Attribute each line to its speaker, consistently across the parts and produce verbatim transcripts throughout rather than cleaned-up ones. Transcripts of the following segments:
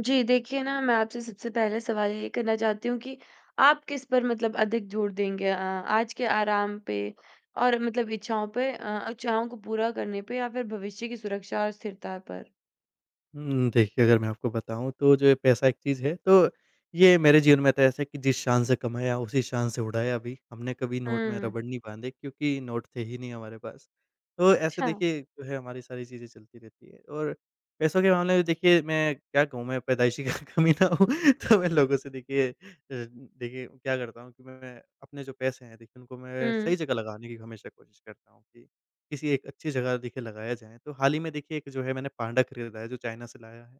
Speaker 1: जी, देखिए ना मैं आपसे सबसे पहले सवाल ये करना चाहती हूँ कि आप किस पर मतलब अधिक जोर देंगे? अ, आज के आराम पे और मतलब इच्छाओं पे अ, इच्छाओं को पूरा करने पे या फिर भविष्य की सुरक्षा और स्थिरता पर?
Speaker 2: हुँ, देखिए, अगर मैं आपको बताऊँ तो जो ये पैसा एक चीज़ है, तो ये मेरे जीवन में तो ऐसा है कि जिस शान से कमाया, उसी शान से उड़ाया भी। हमने कभी नोट में
Speaker 1: हुँ,
Speaker 2: रबड़ नहीं बाँधे, क्योंकि नोट थे ही नहीं हमारे पास। तो ऐसे
Speaker 1: अच्छा।
Speaker 2: देखिए, जो है, हमारी सारी चीज़ें चलती रहती है। और पैसों के मामले में देखिए, मैं क्या कहूँ, मैं पैदाइशी का कमी ना हूँ। तो मैं लोगों से देखिए अ, देखिए क्या करता हूँ कि मैं अपने जो पैसे हैं देखिए, उनको मैं
Speaker 1: हुँ,
Speaker 2: सही जगह लगाने की हमेशा कोशिश करता हूँ कि किसी एक अच्छी जगह देखिए लगाया जाए। तो हाल ही में देखिए, एक जो है, मैंने पांडा खरीदा है जो चाइना से लाया है।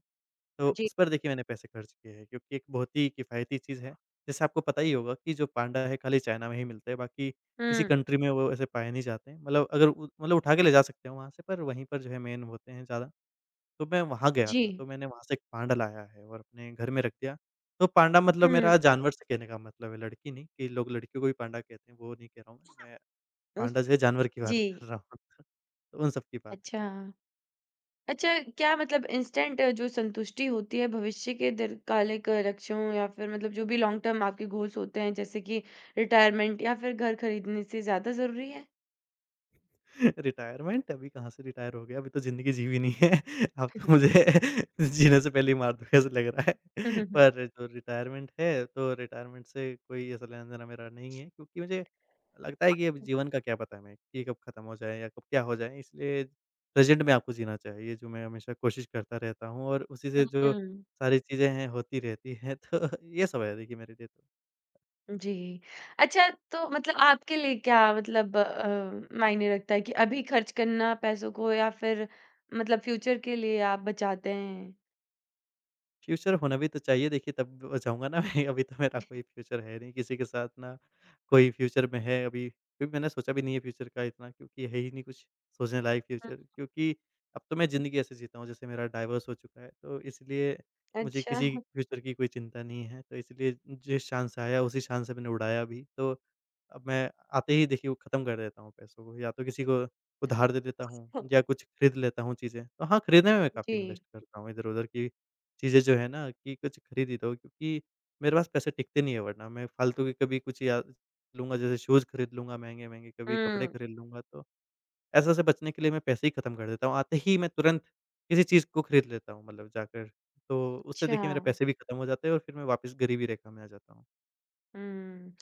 Speaker 2: तो
Speaker 1: जी।
Speaker 2: उस पर देखिए मैंने पैसे खर्च किए हैं, क्योंकि एक बहुत ही किफ़ायती चीज़ है। जैसे आपको पता ही होगा कि जो पांडा है, खाली चाइना में ही मिलता है, बाकी किसी
Speaker 1: हुँ,
Speaker 2: कंट्री में वो ऐसे पाए नहीं जाते हैं। मतलब, अगर उ मतलब उठा के ले जा सकते हैं वहाँ से, पर वहीं पर जो है, मेन होते हैं ज़्यादा। तो मैं वहाँ गया
Speaker 1: जी।
Speaker 2: था, तो मैंने वहाँ से एक पांडा लाया है और अपने घर में रख दिया। तो पांडा मतलब
Speaker 1: हुँ,
Speaker 2: मेरा जानवर से कहने का मतलब है, लड़की नहीं कि लोग लड़कियों को भी पांडा कहते हैं, वो नहीं कह रहा हूँ मैं। मैं
Speaker 1: उस
Speaker 2: पांडा जो है, जानवर की
Speaker 1: जी,
Speaker 2: बात कर रहा हूँ। तो उन सब की बात है।
Speaker 1: अच्छा। अच्छा, क्या मतलब इंस्टेंट जो संतुष्टि होती है भविष्य के दीर्घकालिक लक्ष्यों या फिर मतलब जो भी लॉन्ग टर्म आपके गोल्स होते हैं जैसे कि रिटायरमेंट या फिर घर खरीदने से ज़्यादा ज़रूरी है?
Speaker 2: रिटायरमेंट अभी कहाँ से रिटायर हो गया? अभी तो ज़िंदगी जी भी नहीं है। अब तो मुझे जीने से पहले ही मार दोगे, ऐसा लग रहा है। पर जो रिटायरमेंट है, तो रिटायरमेंट से कोई ऐसा लेना-देना मेरा नहीं है, क्योंकि मुझे लगता है कि अब जीवन का क्या पता हमें कि कब खत्म हो जाए या कब क्या हो जाए। इसलिए प्रेज़ेंट में आपको जीना चाहिए, जो मैं हमेशा कोशिश करता रहता हूँ और उसी से जो
Speaker 1: हुँ,
Speaker 2: सारी चीज़ें हैं, होती रहती हैं। तो ये सब है देखिए मेरे लिए तो।
Speaker 1: जी। अच्छा तो मतलब आपके लिए क्या मतलब अ, मायने रखता है कि अभी खर्च करना पैसों को या फिर मतलब फ्यूचर के लिए आप बचाते हैं?
Speaker 2: फ्यूचर होना भी तो चाहिए देखिए, तब अ, जाऊँगा ना मैं। अभी तो मेरा कोई फ्यूचर है नहीं किसी के साथ, ना कोई फ्यूचर में है अभी, क्योंकि मैंने सोचा भी नहीं है फ्यूचर का इतना, क्योंकि है ही नहीं कुछ सोचने लायक
Speaker 1: हम्म,
Speaker 2: फ्यूचर, क्योंकि अब तो मैं ज़िंदगी ऐसे जीता हूँ जैसे मेरा डाइवोर्स हो चुका है। तो इसलिए मुझे
Speaker 1: अच्छा।
Speaker 2: किसी फ्यूचर की कोई चिंता नहीं है। तो इसलिए जिस चाँद से आया, उसी चाँद से मैंने उड़ाया भी। तो अब मैं आते ही देखिए वो ख़त्म कर देता हूँ पैसों को, या तो किसी को उधार दे देता हूँ, या कुछ खरीद लेता हूँ चीज़ें। तो हाँ, खरीदने में मैं काफ़ी
Speaker 1: जी।
Speaker 2: इन्वेस्ट करता हूँ इधर-उधर की चीज़ें, जो है ना, कि कुछ खरीद ही दो, क्योंकि मेरे पास पैसे टिकते नहीं है। वरना मैं फालतू के कभी कुछ या लूँगा, जैसे शूज़ खरीद लूँगा महँगे-महँगे, कभी कपड़े
Speaker 1: हुँ,
Speaker 2: खरीद लूँगा, तो ऐसे से बचने के लिए मैं पैसे ही खत्म कर देता हूँ। आते ही मैं तुरंत किसी चीज़ को खरीद लेता हूँ, मतलब जाकर। तो उससे
Speaker 1: अच्छा।
Speaker 2: देखिए मेरे पैसे भी खत्म हो जाते हैं और फिर मैं वापस गरीबी रेखा में आ जाता
Speaker 1: हुँ।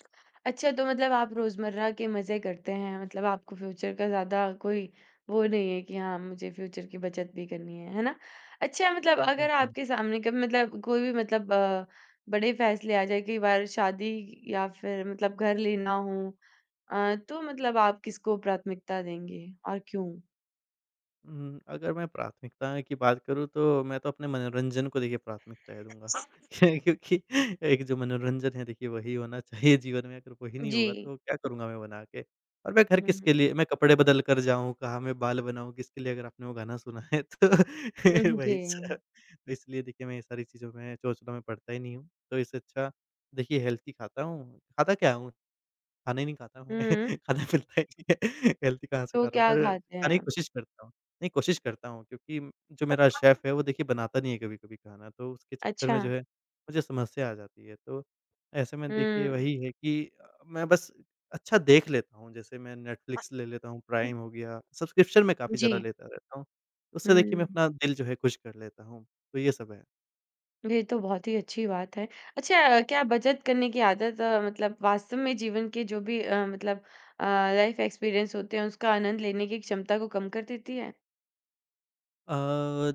Speaker 1: अच्छा, तो मतलब आप रोज़मर्रा के मज़े करते हैं, मतलब आपको फ्यूचर का ज़्यादा कोई वो नहीं है कि हाँ, मुझे फ्यूचर की बचत भी करनी है, है ना? अच्छा मतलब अगर
Speaker 2: हूँ।
Speaker 1: आपके सामने कभी मतलब कोई भी मतलब अ, बड़े फैसले आ जाए, कई बार शादी या फिर मतलब घर लेना हो अ, तो मतलब आप किसको प्राथमिकता देंगे और क्यों?
Speaker 2: उम, अगर मैं प्राथमिकता की बात करूँ तो मैं तो अपने मनोरंजन को देखिए प्राथमिकताएँ दूँगा। क्योंकि एक जो मनोरंजन है देखिए, वही होना चाहिए जीवन में। अगर वही नहीं
Speaker 1: जी।
Speaker 2: होगा तो क्या करूँगा मैं बना के? और मैं घर
Speaker 1: हुँ,
Speaker 2: किसके लिए, मैं कपड़े बदल कर जाऊँ, कहाँ मैं बाल बनाऊँ, किसके लिए? अगर आपने वो गाना सुना है तो
Speaker 1: हुँ, हुँ, जी।
Speaker 2: वही सब। तो इसलिए देखिए, मैं ये सारी चीज़ों में चोचला में पड़ता ही नहीं हूँ। तो इससे अच्छा देखिए हेल्थी खाता हूँ, खाता क्या हूँ? खाना ही नहीं खाता मैं।
Speaker 1: हुँ,
Speaker 2: खाना-पीता ही नहीं है, हेल्दी कहाँ से
Speaker 1: तो
Speaker 2: खा रहा हूँ,
Speaker 1: क्या
Speaker 2: पर
Speaker 1: खाते हैं
Speaker 2: खाने की
Speaker 1: आप?
Speaker 2: कोशिश करता हूँ। नहीं, कोशिश करता हूँ, क्योंकि जो मेरा शेफ़ है, वो देखिए बनाता नहीं है कभी-कभी खाना, तो उसके चक्कर
Speaker 1: अच्छा।
Speaker 2: में जो है, मुझे समस्या आ जाती है। तो ऐसे में देखिए
Speaker 1: हुँ।
Speaker 2: वही है कि अ, मैं बस अच्छा देख लेता हूँ। जैसे मैं नेटफ्लिक्स ले लेता हूँ, प्राइम हो गया, सब्सक्रिप्शन मैं काफ़ी
Speaker 1: जी।
Speaker 2: ज़्यादा लेता रहता हूँ। उससे देखिए मैं
Speaker 1: हुँ।
Speaker 2: अपना दिल जो है खुश कर लेता हूँ। तो ये सब है।
Speaker 1: ये तो बहुत ही अच्छी बात है। अच्छा अ, क्या बचत करने की आदत अ, मतलब वास्तव में जीवन के जो भी अ, मतलब अ, लाइफ एक्सपीरियंस होते हैं उसका आनंद लेने की क्षमता को कम कर देती है?
Speaker 2: अ,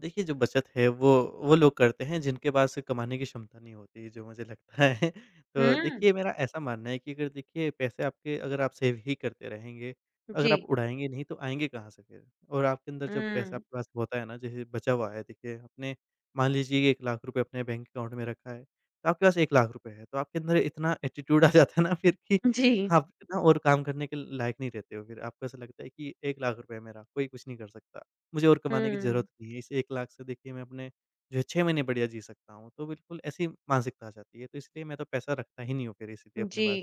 Speaker 2: देखिए, जो बचत है, वो वो लोग करते हैं जिनके पास कमाने की क्षमता नहीं होती, जो मुझे लगता है। तो
Speaker 1: हुँ,
Speaker 2: देखिए मेरा ऐसा मानना है कि अगर देखिए पैसे आपके, अगर आप सेव ही करते रहेंगे, अगर आप
Speaker 1: जी।
Speaker 2: उड़ाएँगे नहीं तो आएँगे कहाँ से फिर? और आपके अंदर जब पैसा
Speaker 1: हुँ,
Speaker 2: आपके पास होता है ना, जैसे बचा हुआ है देखिए, आपने मान लीजिए एक लाख रुपए अपने बैंक अकाउंट में रखा है, तो आपके पास एक लाख रुपए है तो आपके अंदर इतना एटीट्यूड आ जाता है ना फिर कि
Speaker 1: जी।
Speaker 2: आप ना और काम करने के लायक नहीं रहते हो फिर। आपको ऐसा लगता है कि एक लाख रुपए है मेरा, कोई कुछ नहीं कर सकता। मुझे और कमाने की
Speaker 1: हुँ,
Speaker 2: ज़रूरत नहीं है। इस एक लाख से देखिए मैं अपने जो है छह महीने बढ़िया जी सकता हूँ। तो बिल्कुल ऐसी मानसिकता आ जाती है। तो इसलिए मैं तो पैसा रखता ही नहीं हूँ फिर, इसीलिए अपने
Speaker 1: जी,
Speaker 2: पास।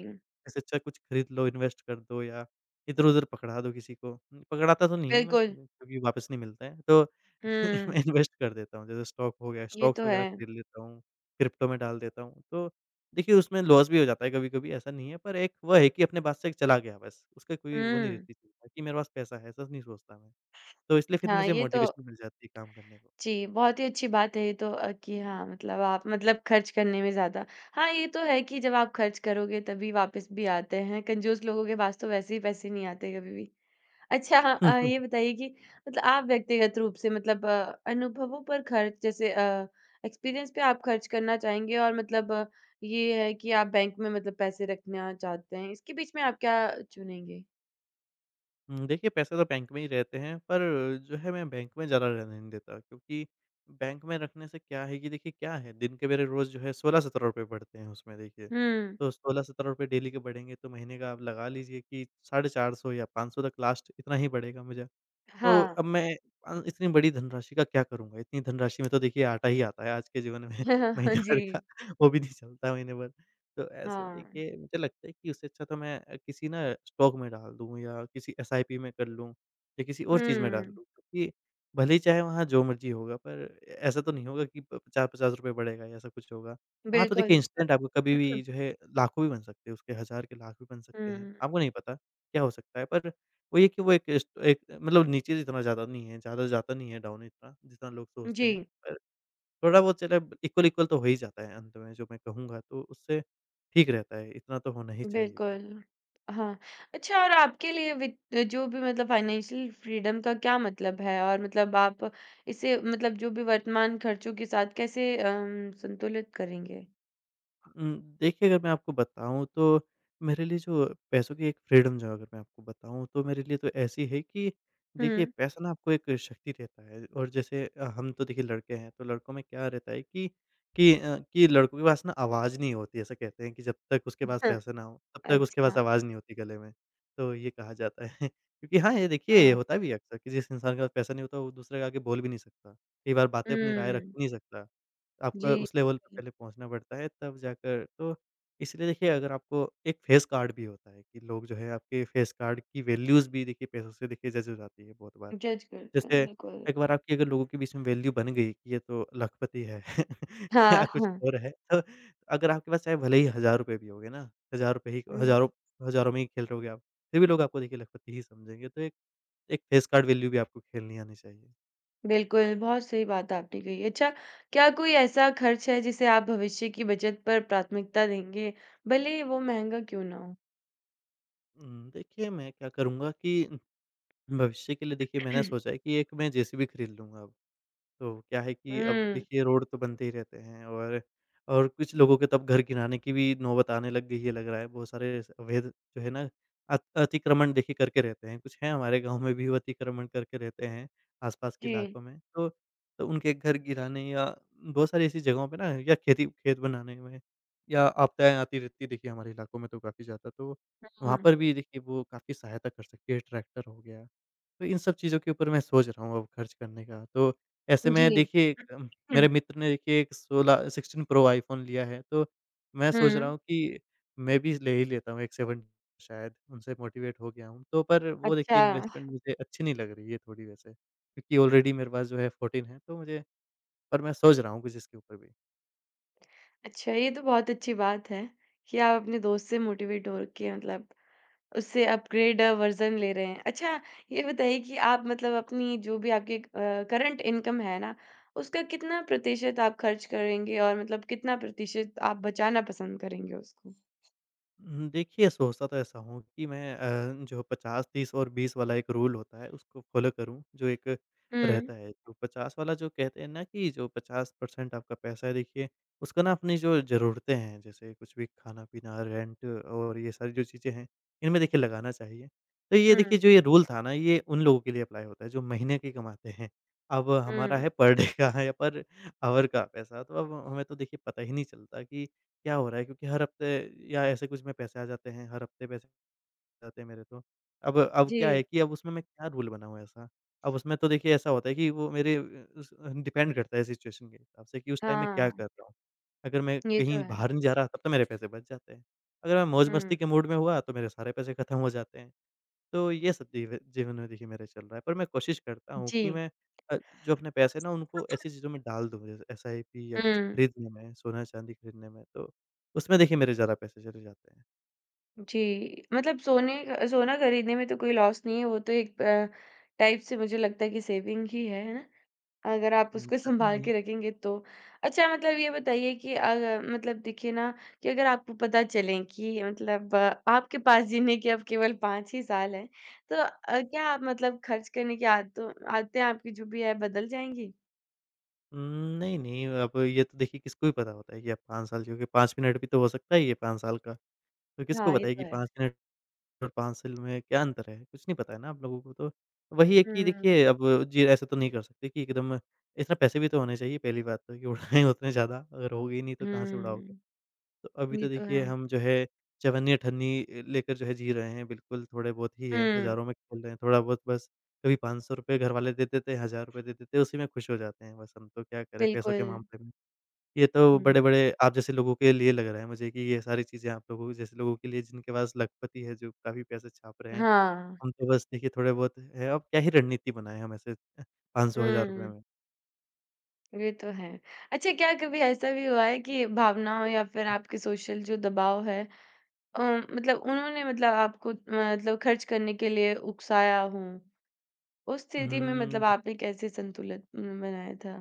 Speaker 2: इससे अच्छा कुछ खरीद लो, इन्वेस्ट कर दो, या इधर-उधर पकड़ा दो किसी को। हम्म, पकड़ाता तो नहीं हूँ मैं,
Speaker 1: बिल्कुल।
Speaker 2: क्योंकि वापस नहीं मिलता है। तो मैं
Speaker 1: हुँ,
Speaker 2: इन्वेस्ट कर देता हूँ। जैसे स्टॉक हो गया,
Speaker 1: ये
Speaker 2: स्टॉक्स
Speaker 1: तो है।
Speaker 2: वगैरह खरीद लेता हूँ, क्रिप्टो में डाल देता हूँ। तो देखिए उसमें लॉस भी हो जाता है कभी-कभी, ऐसा नहीं है। पर एक वो है कि अपने पास से चला गया बस। उसका कोई वो नहीं
Speaker 1: हुँ,
Speaker 2: रहती चिंता कि मेरे पास पैसा है, ऐसा नहीं सोचता मैं। तो इसलिए फिर
Speaker 1: हाँ,
Speaker 2: मुझे
Speaker 1: ये तो
Speaker 2: मोटिवेशन मिल जाती है काम करने को।
Speaker 1: जी, बहुत ही अच्छी बात है ये तो अ, कि हाँ, मतलब आप मतलब खर्च करने में ज़्यादा हाँ, ये तो है कि जब आप खर्च करोगे तभी वापस भी आते हैं, कंजूस लोगों के पास तो वैसे ही पैसे नहीं आते कभी भी। अच्छा हाँ अ, ये बताइए कि मतलब आप व्यक्तिगत रूप से मतलब अ, अनुभवों पर खर्च जैसे एक्सपीरियंस पे आप खर्च करना चाहेंगे और मतलब अ, ये है कि आप बैंक में मतलब पैसे रखना चाहते हैं। इसके बीच में आप क्या चुनेंगे?
Speaker 2: हुँ, देखिए पैसे तो बैंक में ही रहते हैं, पर जो है मैं बैंक में ज़्यादा रहने नहीं देता, क्योंकि बैंक में रखने से क्या है कि देखिए क्या है, दिन के मेरे रोज़ जो है सोलह सत्रह रुपए बढ़ते हैं उसमें देखिए।
Speaker 1: हुँ।
Speaker 2: तो सोलह सत्रह रुपए डेली के बढ़ेंगे तो महीने का आप लगा लीजिए कि चार सौ पचास या पाँच सौ तक लास्ट इतना ही बढ़ेगा मुझे। तो
Speaker 1: हाँ।
Speaker 2: अब मैं अ, इतनी बड़ी धनराशि का क्या करूँगा? इतनी धनराशि में तो देखिए आटा ही आता है आज के जीवन में महीने
Speaker 1: जी।
Speaker 2: भर का, वो भी नहीं चलता महीने भर। तो ऐसे में
Speaker 1: हाँ।
Speaker 2: देखिए मुझे लगता है कि उससे अच्छा तो मैं अ, किसी ना स्टॉक में डाल दूँ, या किसी एस आई पी में कर लूँ, या किसी और चीज़ में डाल
Speaker 1: हुँ।
Speaker 2: दूँ, क्योंकि भले ही चाहे वहाँ जो मर्ज़ी होगा, पर ए ऐसा तो नहीं होगा कि प ₹पचास पचास बढ़ेगा या ऐसा कुछ होगा। वहाँ तो
Speaker 1: बिल्कुल।
Speaker 2: देखिए इंस्टेंट आपको कभी भी जो है, लाखों भी बन सकते हैं उसके, हज़ार के लाख भी बन सकते हैं,
Speaker 1: हुँ।
Speaker 2: आपको नहीं पता क्या हो सकता है। पर वो ये कि वो एक इस्ट एक मतलब नीचे इतना ज़्यादा नहीं है, ज़्यादा जाता नहीं है डाउन इतना, जितना लोग सोचते हैं।
Speaker 1: जी।
Speaker 2: पर थोड़ा-बहुत चलो इक्वल-इक्वल तो हो ही जाता है अंत में, जो मैं कहूँगा, तो उससे ठीक रहता है, इतना तो होना ही चाहिए।
Speaker 1: बिल्कुल, हाँ। अच्छा और आपके लिए वित जो भी मतलब फाइनेंशियल फ्रीडम का क्या मतलब है? और मतलब आप इसे मतलब जो भी वर्तमान खर्चों के साथ कैसे अम, संतुलित करेंगे?
Speaker 2: उम, देखिए, अगर मैं आपको बताऊँ तो मेरे लिए जो पैसों की एक फ्रीडम जो है, अगर मैं आपको बताऊँ तो मेरे लिए तो ऐसी है कि देखिए,
Speaker 1: हुँ।
Speaker 2: पैसा ना आपको एक शक्ति देता है। और जैसे अ, हम तो देखिए लड़के हैं, तो लड़कों में क्या रहता है कि कि अ, कि लड़कों के पास ना आवाज़ नहीं होती, ऐसा कहते हैं कि जब तक उसके पास पैसा ना हो, तब तक उसके पास
Speaker 1: अच्छा,
Speaker 2: आवाज़ नहीं होती गले में। तो ये कहा जाता है। क्योंकि हाँ, ये देखिए ये
Speaker 1: हाँ।
Speaker 2: होता भी है अक्सर कि जिस इंसान के पास पैसा नहीं होता, वो दूसरे के आगे बोल भी नहीं सकता। कई बार बातें अपनी राय रख
Speaker 1: हुँ,
Speaker 2: भी नहीं सकता। आपको
Speaker 1: जी।
Speaker 2: उस लेवल पे पहले पहुँचना पड़ता है, तब जाकर। तो इसलिए देखिए, अगर आपको एक फेस कार्ड भी होता है कि लोग जो है आपके फेस कार्ड की वैल्यूज़ भी देखिए पैसों से देखिए जज हो जाती है बहुत बार।
Speaker 1: जज करते
Speaker 2: जैसे,
Speaker 1: हैं, बिल्कुल।
Speaker 2: एक बार आपकी अगर लोगों के बीच में वैल्यू बन गई कि ये तो लखपति है, या
Speaker 1: हाँ,
Speaker 2: कुछ
Speaker 1: हाँ।
Speaker 2: और है, तो अगर आपके पास चाहे भले ही हज़ार रुपए भी होंगे ना, हज़ार रुपए ही,
Speaker 1: हुँ,
Speaker 2: हज़ारों हज़ारों में ही खेल रहोगे आप, फिर भी लोग आपको देखिए लखपति ही समझेंगे। तो एक एक फेस कार्ड वैल्यू भी आपको खेलनी आनी चाहिए।
Speaker 1: बिल्कुल, बहुत सही बात आपने कही। अच्छा, क्या कोई ऐसा खर्च है जिसे आप भविष्य की बचत पर प्राथमिकता देंगे, भले ही वो महँगा क्यों ना हो?
Speaker 2: उम, देखिए मैं क्या करूँगा कि भविष्य के लिए देखिए मैंने सोचा है कि एक मैं जे सी बी खरीद लूँगा अब। तो क्या है कि अब
Speaker 1: हुँ।
Speaker 2: देखिए रोड तो बनते ही रहते हैं, और और कुछ लोगों के तब घर गिराने की भी नौबत आने लग गई है, लग रहा है। बहुत सारे स अवैध जो है ना, अत अतिक्रमण देखिए करके रहते हैं। कुछ हैं हमारे गाँव में भी वो अतिक्रमण करके रहते हैं आस-पास के
Speaker 1: जी,
Speaker 2: इलाकों में। तो तो उनके घर गिराने या बहुत सारी ऐसी जगहों पे ना या खेती खेत बनाने में या आपदाएँ आती रहती है देखिए हमारे इलाकों में तो काफ़ी ज़्यादा। तो वहाँ
Speaker 1: हुँ,
Speaker 2: पर भी देखिए वो काफ़ी सहायता कर सकती है, ट्रैक्टर हो गया। तो इन सब चीज़ों के ऊपर मैं सोच रहा हूँ अब खर्च करने का। तो ऐसे में
Speaker 1: जी।
Speaker 2: देखिए अम, मेरे मित्र ने देखिए एक सिक्सटीन सिक्सटीन प्रो आईफ़ोन लिया है, तो मैं सोच रहा
Speaker 1: हुँ,
Speaker 2: हूँ कि मैं भी ले ही लेता हूँ एक सेवन, शायद उनसे मोटिवेट हो गया हूँ। तो पर वो देखिए
Speaker 1: अच्छा,
Speaker 2: इन्वेस्टमेंट मुझे अच्छी नहीं लग रही है थोड़ी वैसे, क्योंकि ऑलरेडी मेरे पास जो है फ़ोरटीन है, तो मुझे, पर मैं सोच रहा हूँ कुछ इसके ऊपर भी।
Speaker 1: अच्छा ये तो बहुत अच्छी बात है कि आप अपने दोस्त से मोटिवेट हो के मतलब उससे अपग्रेड वर्ज़न ले रहे हैं। अच्छा ये बताइए कि आप मतलब अपनी जो भी आपकी अ, करंट इनकम है ना, उसका कितना प्रतिशत आप खर्च करेंगे और मतलब कितना प्रतिशत आप बचाना पसंद करेंगे उसको?
Speaker 2: उम, देखिए सोचता तो ऐसा हूँ कि मैं अ, जो पचास तीस और बीस वाला एक रूल होता है उसको फ़ॉलो करूँ, जो एक
Speaker 1: हुँ,
Speaker 2: रहता है। तो पचास वाला जो कहते हैं ना कि जो पचास प्रतिशत आपका पैसा है देखिए, उसका ना अपनी जो ज़रूरतें हैं, जैसे कुछ भी खाना-पीना, रेंट और ये सारी जो चीज़ें हैं, इनमें देखिए लगाना चाहिए। तो ये
Speaker 1: हुँ,
Speaker 2: देखिए जो ये रूल था ना, ये उन लोगों के लिए अप्लाई होता है जो महीने की कमाते हैं। अब हमारा
Speaker 1: हुँ,
Speaker 2: है पर डे का या पर आवर का पैसा, तो अब हमें तो देखिए पता ही नहीं चलता कि क्या हो रहा है? क्योंकि हर हफ्ते या ऐसे कुछ में पैसे आ जाते हैं, हर हफ्ते पैसे आ जाते हैं मेरे तो। अब अब क्या
Speaker 1: जी,
Speaker 2: है कि अब उसमें मैं क्या रूल बनाऊँ ऐसा? अब उसमें तो देखिए ऐसा होता है कि वो मेरे उस, डिपेंड करता है सिचुएशन के हिसाब से कि उस टाइम मैं
Speaker 1: हाँ,
Speaker 2: क्या कर रहा हूँ। अगर मैं
Speaker 1: ये तो
Speaker 2: कहीं
Speaker 1: है।
Speaker 2: बाहर नहीं जा रहा तब तो मेरे पैसे बच जाते हैं। अगर मैं
Speaker 1: हुँ,
Speaker 2: मौज-मस्ती के मूड में हुआ तो मेरे सारे पैसे खत्म हो जाते हैं। तो ये सब जीव जीवन में देखिए मेरा चल रहा है, पर मैं कोशिश करता हूँ कि
Speaker 1: जी,
Speaker 2: मैं अ, जो अपने पैसे हैं ना उनको ऐसी चीज़ों में डाल दूँ, जैसे एसआईपी या
Speaker 1: हुँ।
Speaker 2: कुछ खरीदने में, सोना-चांदी खरीदने में, तो उसमें देखिए मेरे ज़्यादा पैसे चले जाते हैं।
Speaker 1: जी, मतलब सोने अ, सोना खरीदने में तो कोई लॉस नहीं है, वो तो एक अ, टाइप से मुझे लगता है कि सेविंग ही है, है ना? अगर आप
Speaker 2: उम,
Speaker 1: उसको
Speaker 2: पता
Speaker 1: सँभाल के
Speaker 2: नहीं।
Speaker 1: रखेंगे तो। अच्छा मतलब ये बताइए कि अग मतलब देखिए ना कि अगर आपको पता चले कि मतलब अ, आपके पास जीने के अब केवल पाँच ही साल हैं, तो अ, क्या आप मतलब खर्च करने की आदतों आदतें आपकी जो भी है बदल जाएँगी?
Speaker 2: उम, नहीं, नहीं, अब ये तो देखिए किसको ही पता होता है कि आप पाँच साल, क्योंकि पाँच मिनट भी तो हो सकता है ये, पाँच साल का, तो किसको
Speaker 1: हाँ, ये
Speaker 2: पता है
Speaker 1: तो
Speaker 2: कि
Speaker 1: है।
Speaker 2: पाँच मिनट और पाँसिल में क्या अंतर है? कुछ नहीं पता है ना आप लोगों को तो। वही है कि
Speaker 1: हुँ,
Speaker 2: देखिए अब जी ऐसा तो नहीं कर सकते कि एकदम, इतना पैसे भी तो होने चाहिए पहली बात तो, कि उड़ाएँ उतने ज़्यादा, अगर होंगे ही नहीं तो कहाँ से उड़ाओगे?
Speaker 1: हुँ,
Speaker 2: तो अभी
Speaker 1: ये
Speaker 2: तो
Speaker 1: तो
Speaker 2: देखिए
Speaker 1: है।
Speaker 2: हम जो है अठावन अठावन अ, लेकर जो है जी रहे हैं, बिल्कुल थोड़े बहुत ही है,
Speaker 1: हुँ,
Speaker 2: हज़ारों में खेल रहे हैं, थोड़ा बहुत बस, कभी ₹पाँच सौ रुपए घरवाले दे देते हैं, ₹हज़ार रुपए दे देते हैं, उसी में खुश हो जाते हैं बस, हम तो क्या करें पैसों
Speaker 1: बिल्कुल।
Speaker 2: के मामले में। ये तो
Speaker 1: हुँ,
Speaker 2: बड़े-बड़े आप जैसे लोगों के लिए लग रहा है मुझे कि ये सारी चीज़ें आप लोगों जैसे लोगों के लिए, जिनके पास लखपति है, जो काफ़ी पैसे छाप रहे हैं।
Speaker 1: हाँ,
Speaker 2: हम तो बस देखिए थोड़े बहुत है, अब क्या ही रणनीति बनाएँ हम ऐसे अ, पाँच लाख
Speaker 1: हुँ।
Speaker 2: में।
Speaker 1: ये तो है। अच्छा क्या कभी ऐसा भी हुआ है कि भावनाओं या फिर आपके सोशल जो दबाव है अ, मतलब उन्होंने मतलब आपको मतलब खर्च करने के लिए उकसाया हो? उस स्थिति में मतलब
Speaker 2: हुँ।
Speaker 1: आपने कैसे संतुलन उम, बनाया था?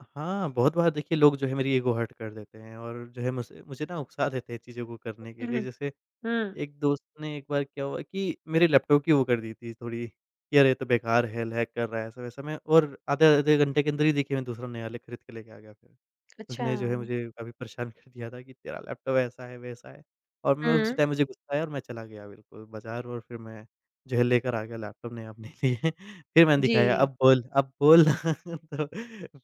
Speaker 2: हाँ, बहुत बार देखिए लोग जो है मेरी ईगो हर्ट कर देते हैं और जो है मुझसे, मुझे ना उकसा देते हैं चीज़ों को करने के
Speaker 1: हुँ,
Speaker 2: लिए।
Speaker 1: हुँ।
Speaker 2: जैसे
Speaker 1: हुँ,
Speaker 2: एक दोस्त ने एक बार क्या हुआ कि मेरे लैपटॉप की वो कर दी थी थोड़ी, कि अरे ये तो बेकार है, लैग कर रहा है, ऐसा-वैसा मैं, और आधे-आधे घंटे के अंदर ही देखिए मैं दूसरा नया ले खरीद के लेके आ गया फिर।
Speaker 1: अच्छा।
Speaker 2: उसने जो है मुझे काफ़ी परेशान कर दिया था कि तेरा लैपटॉप ऐसा है, वैसा है, और मैं उसी
Speaker 1: हुँ,
Speaker 2: टाइम मुझे गुस्सा आया और मैं चला गया बिल्कुल बाज़ार और फिर मैं जो है लेकर आ गया लैपटॉप नया अपने लिए। फिर मैंने
Speaker 1: जी।
Speaker 2: दिखाया, "अब बोल, अब बोल।" तो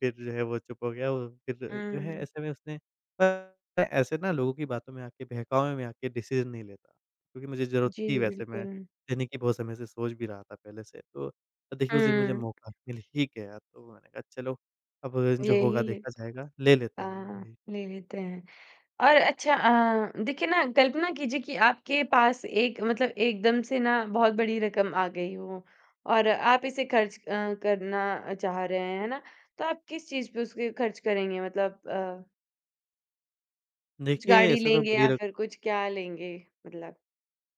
Speaker 2: फिर जो है वो चुप हो गया, वो फिर जो है
Speaker 1: हुँ,
Speaker 2: ऐसे में उसने, पर मैं ऐसे ना लोगों की बातों में आके, बहकावे में आके डिसीज़न नहीं लेता, क्योंकि मुझे ज़रूरत
Speaker 1: जी
Speaker 2: थी वैसे, मैं
Speaker 1: बिल्कुल।
Speaker 2: लेने की बहुत समय से सोच भी रहा था पहले से। तो देखिए उस दिन मुझे
Speaker 1: हुँ,
Speaker 2: मौका मिल ही गया तो मैंने कहा, चलो अब जो
Speaker 1: ले ही
Speaker 2: होगा
Speaker 1: ले
Speaker 2: देखा जाएगा, ले लेते हैं
Speaker 1: हाँ,
Speaker 2: वही।
Speaker 1: ले लेते हैं। और अच्छा अ, देखिए ना कल्पना कीजिए कि आपके पास एक मतलब एकदम से ना बहुत बड़ी रकम आ गई हो और आप इसे खर्च अ, करना चाह रहे हैं, है ना? तो आप किस चीज़ पे उसके खर्च करेंगे? मतलब अ, कुछ
Speaker 2: देखिए,
Speaker 1: गाड़ी
Speaker 2: ऐसे तो
Speaker 1: लेंगे
Speaker 2: बड़ी
Speaker 1: या फिर
Speaker 2: रकम,
Speaker 1: कुछ क्या लेंगे मतलब?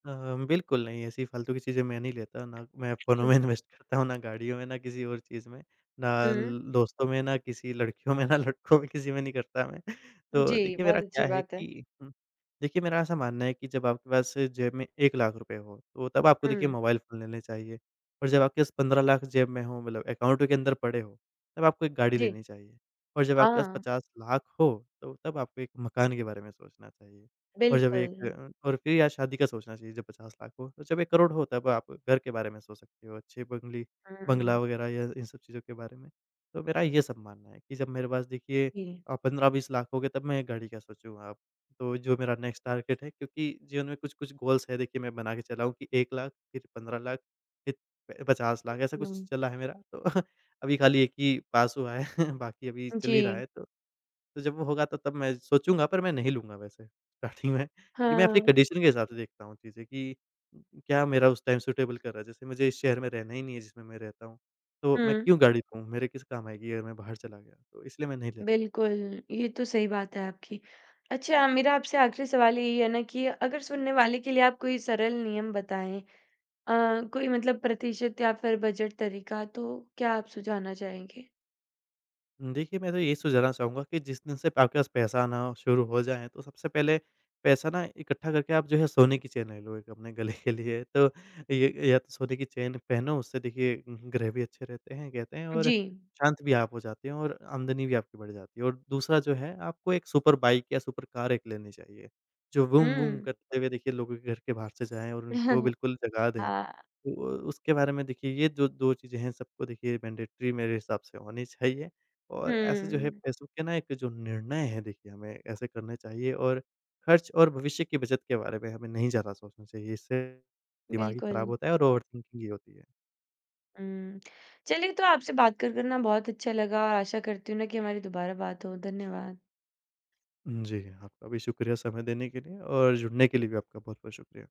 Speaker 2: अ, बिल्कुल नहीं, ऐसी फ़ालतू की चीज़ें मैं नहीं लेता, ना मैं फ़ोनों
Speaker 1: हुँ,
Speaker 2: में इन्वेस्ट करता हूँ, ना गाड़ियों में, ना किसी और चीज़ में, ना
Speaker 1: हुँ।
Speaker 2: ल दोस्तों में, ना किसी लड़कियों में, ना लड़कों में, किसी में नहीं करता मैं। तो
Speaker 1: जी,
Speaker 2: देखिए मेरा
Speaker 1: बहुत अच्छी
Speaker 2: क्या है
Speaker 1: बात है।
Speaker 2: कि, हुँ, देखिए मेरा ऐसा मानना है कि जब आपके पास जेब में एक लाख रुपए हो, तो तब आपको देखिए
Speaker 1: हुँ,
Speaker 2: मोबाइल फ़ोन लेने चाहिए, और जब आपके पास पंद्रह लाख जेब में हो, मतलब अकाउंट के अंदर पड़े हो, तब आपको एक गाड़ी
Speaker 1: जी।
Speaker 2: लेनी चाहिए, और जब आपके पास
Speaker 1: हाँ,
Speaker 2: पचास लाख हो, तो तब आपको एक मकान के बारे में सोचना चाहिए। और जब
Speaker 1: बिल्कुल।
Speaker 2: एक, अ, और फिर यार शादी का सोचना चाहिए जब पचास लाख हो, तो जब एक करोड़ हो तब आप घर के बारे में सोच सकते हो, अच्छे बंगली
Speaker 1: हुँ,
Speaker 2: बंगला वगैरह, या इन सब चीज़ों के बारे में। तो मेरा ये सब मानना है कि जब मेरे पास देखिए
Speaker 1: जी।
Speaker 2: अ, पंद्रह बीस लाख हो गए तब मैं गाड़ी का सोचूँगा अब। तो जो मेरा नेक्स्ट टारगेट है, क्योंकि जीवन में कुछ-कुछ गोल्स है देखिए मैं बना के चला हूँ कि एक लाख फिर पंद्रह लाख फिर प पचास लाख, ऐसा कुछ
Speaker 1: हुँ,
Speaker 2: चला है मेरा। तो अभी खाली एक ही पास हुआ है, बाकी अभी चल ही रहा
Speaker 1: जी।
Speaker 2: है तो, तो जब वो होगा तो तब मैं सोचूँगा, पर मैं नहीं लूँगा वैसे। स्टार्टिंग में ये मैं अपनी
Speaker 1: हाँ,
Speaker 2: कंडीशन के हिसाब से देखता हूँ चीज़ें, कि क्या मेरा उस टाइम सूटेबल कर रहा है। जैसे मुझे इस शहर में रहना ही नहीं है जिसमें मैं रहता हूँ, तो मैं
Speaker 1: हुँ।
Speaker 2: क्यों गाड़ी लूँ? मेरे किस काम आएगी अगर मैं बाहर चला गया? तो इसलिए मैं नहीं लेता।
Speaker 1: बिल्कुल, ये तो सही बात है आपकी। अच्छा मेरा आपसे आखिरी सवाल यही है ना कि अगर सुनने वाले के लिए आप कोई सरल नियम बताएँ अ, कोई मतलब प्रतिशत या फिर बजट तरीका तो क्या आप सुझाना चाहेंगे?
Speaker 2: देखिए, मैं तो यही सुझाना चाहूँगा कि जिस दिन से आपके पास पैसा आना शुरू हो जाए, तो सबसे पहले पैसा ना इकट्ठा करके आप जो है सोने की चेन ले लो एक, अपने गले के लिए। तो ये, या तो सोने की चेन पहनो, उससे देखिए ग्रह भी अच्छे रहते हैं कहते हैं, और
Speaker 1: जी।
Speaker 2: शांत भी आप हो जाते हैं और आमदनी भी आपकी बढ़ जाती है। और दूसरा जो है, आपको एक सुपर बाइक या सुपर कार एक लेनी चाहिए, जो बूम-बूम
Speaker 1: हुँ।
Speaker 2: करते हुए देखिए लोगों के घर के बाहर से जाए और उनको बिल्कुल जगा दे।
Speaker 1: हाँ।
Speaker 2: उ अ, उसके बारे में देखिए, ये जो दो चीज़ें हैं, सबको देखिए मैंडेटरी मेरे हिसाब से होनी चाहिए, और ऐसे जो है
Speaker 1: हुँ,
Speaker 2: पैसों के ना एक जो निर्णय हैं देखिए हमें ऐसे करने चाहिए, और खर्च और भविष्य की बचत के बारे में हमें नहीं ज़्यादा सोचना चाहिए। इससे दिमाग ही
Speaker 1: बिल्कुल।
Speaker 2: ख़राब होता है और ओवरथिंकिंग ये होती है।
Speaker 1: हुँ। चलिए तो आपसे बात कर, कर ना बहुत अच्छा लगा और आशा करती हूँ ना कि हमारी दोबारा बात हो। धन्यवाद।
Speaker 2: जी, आपका भी शुक्रिया समय देने के लिए, और जुड़ने के लिए भी आपका बहुत-बहुत शुक्रिया।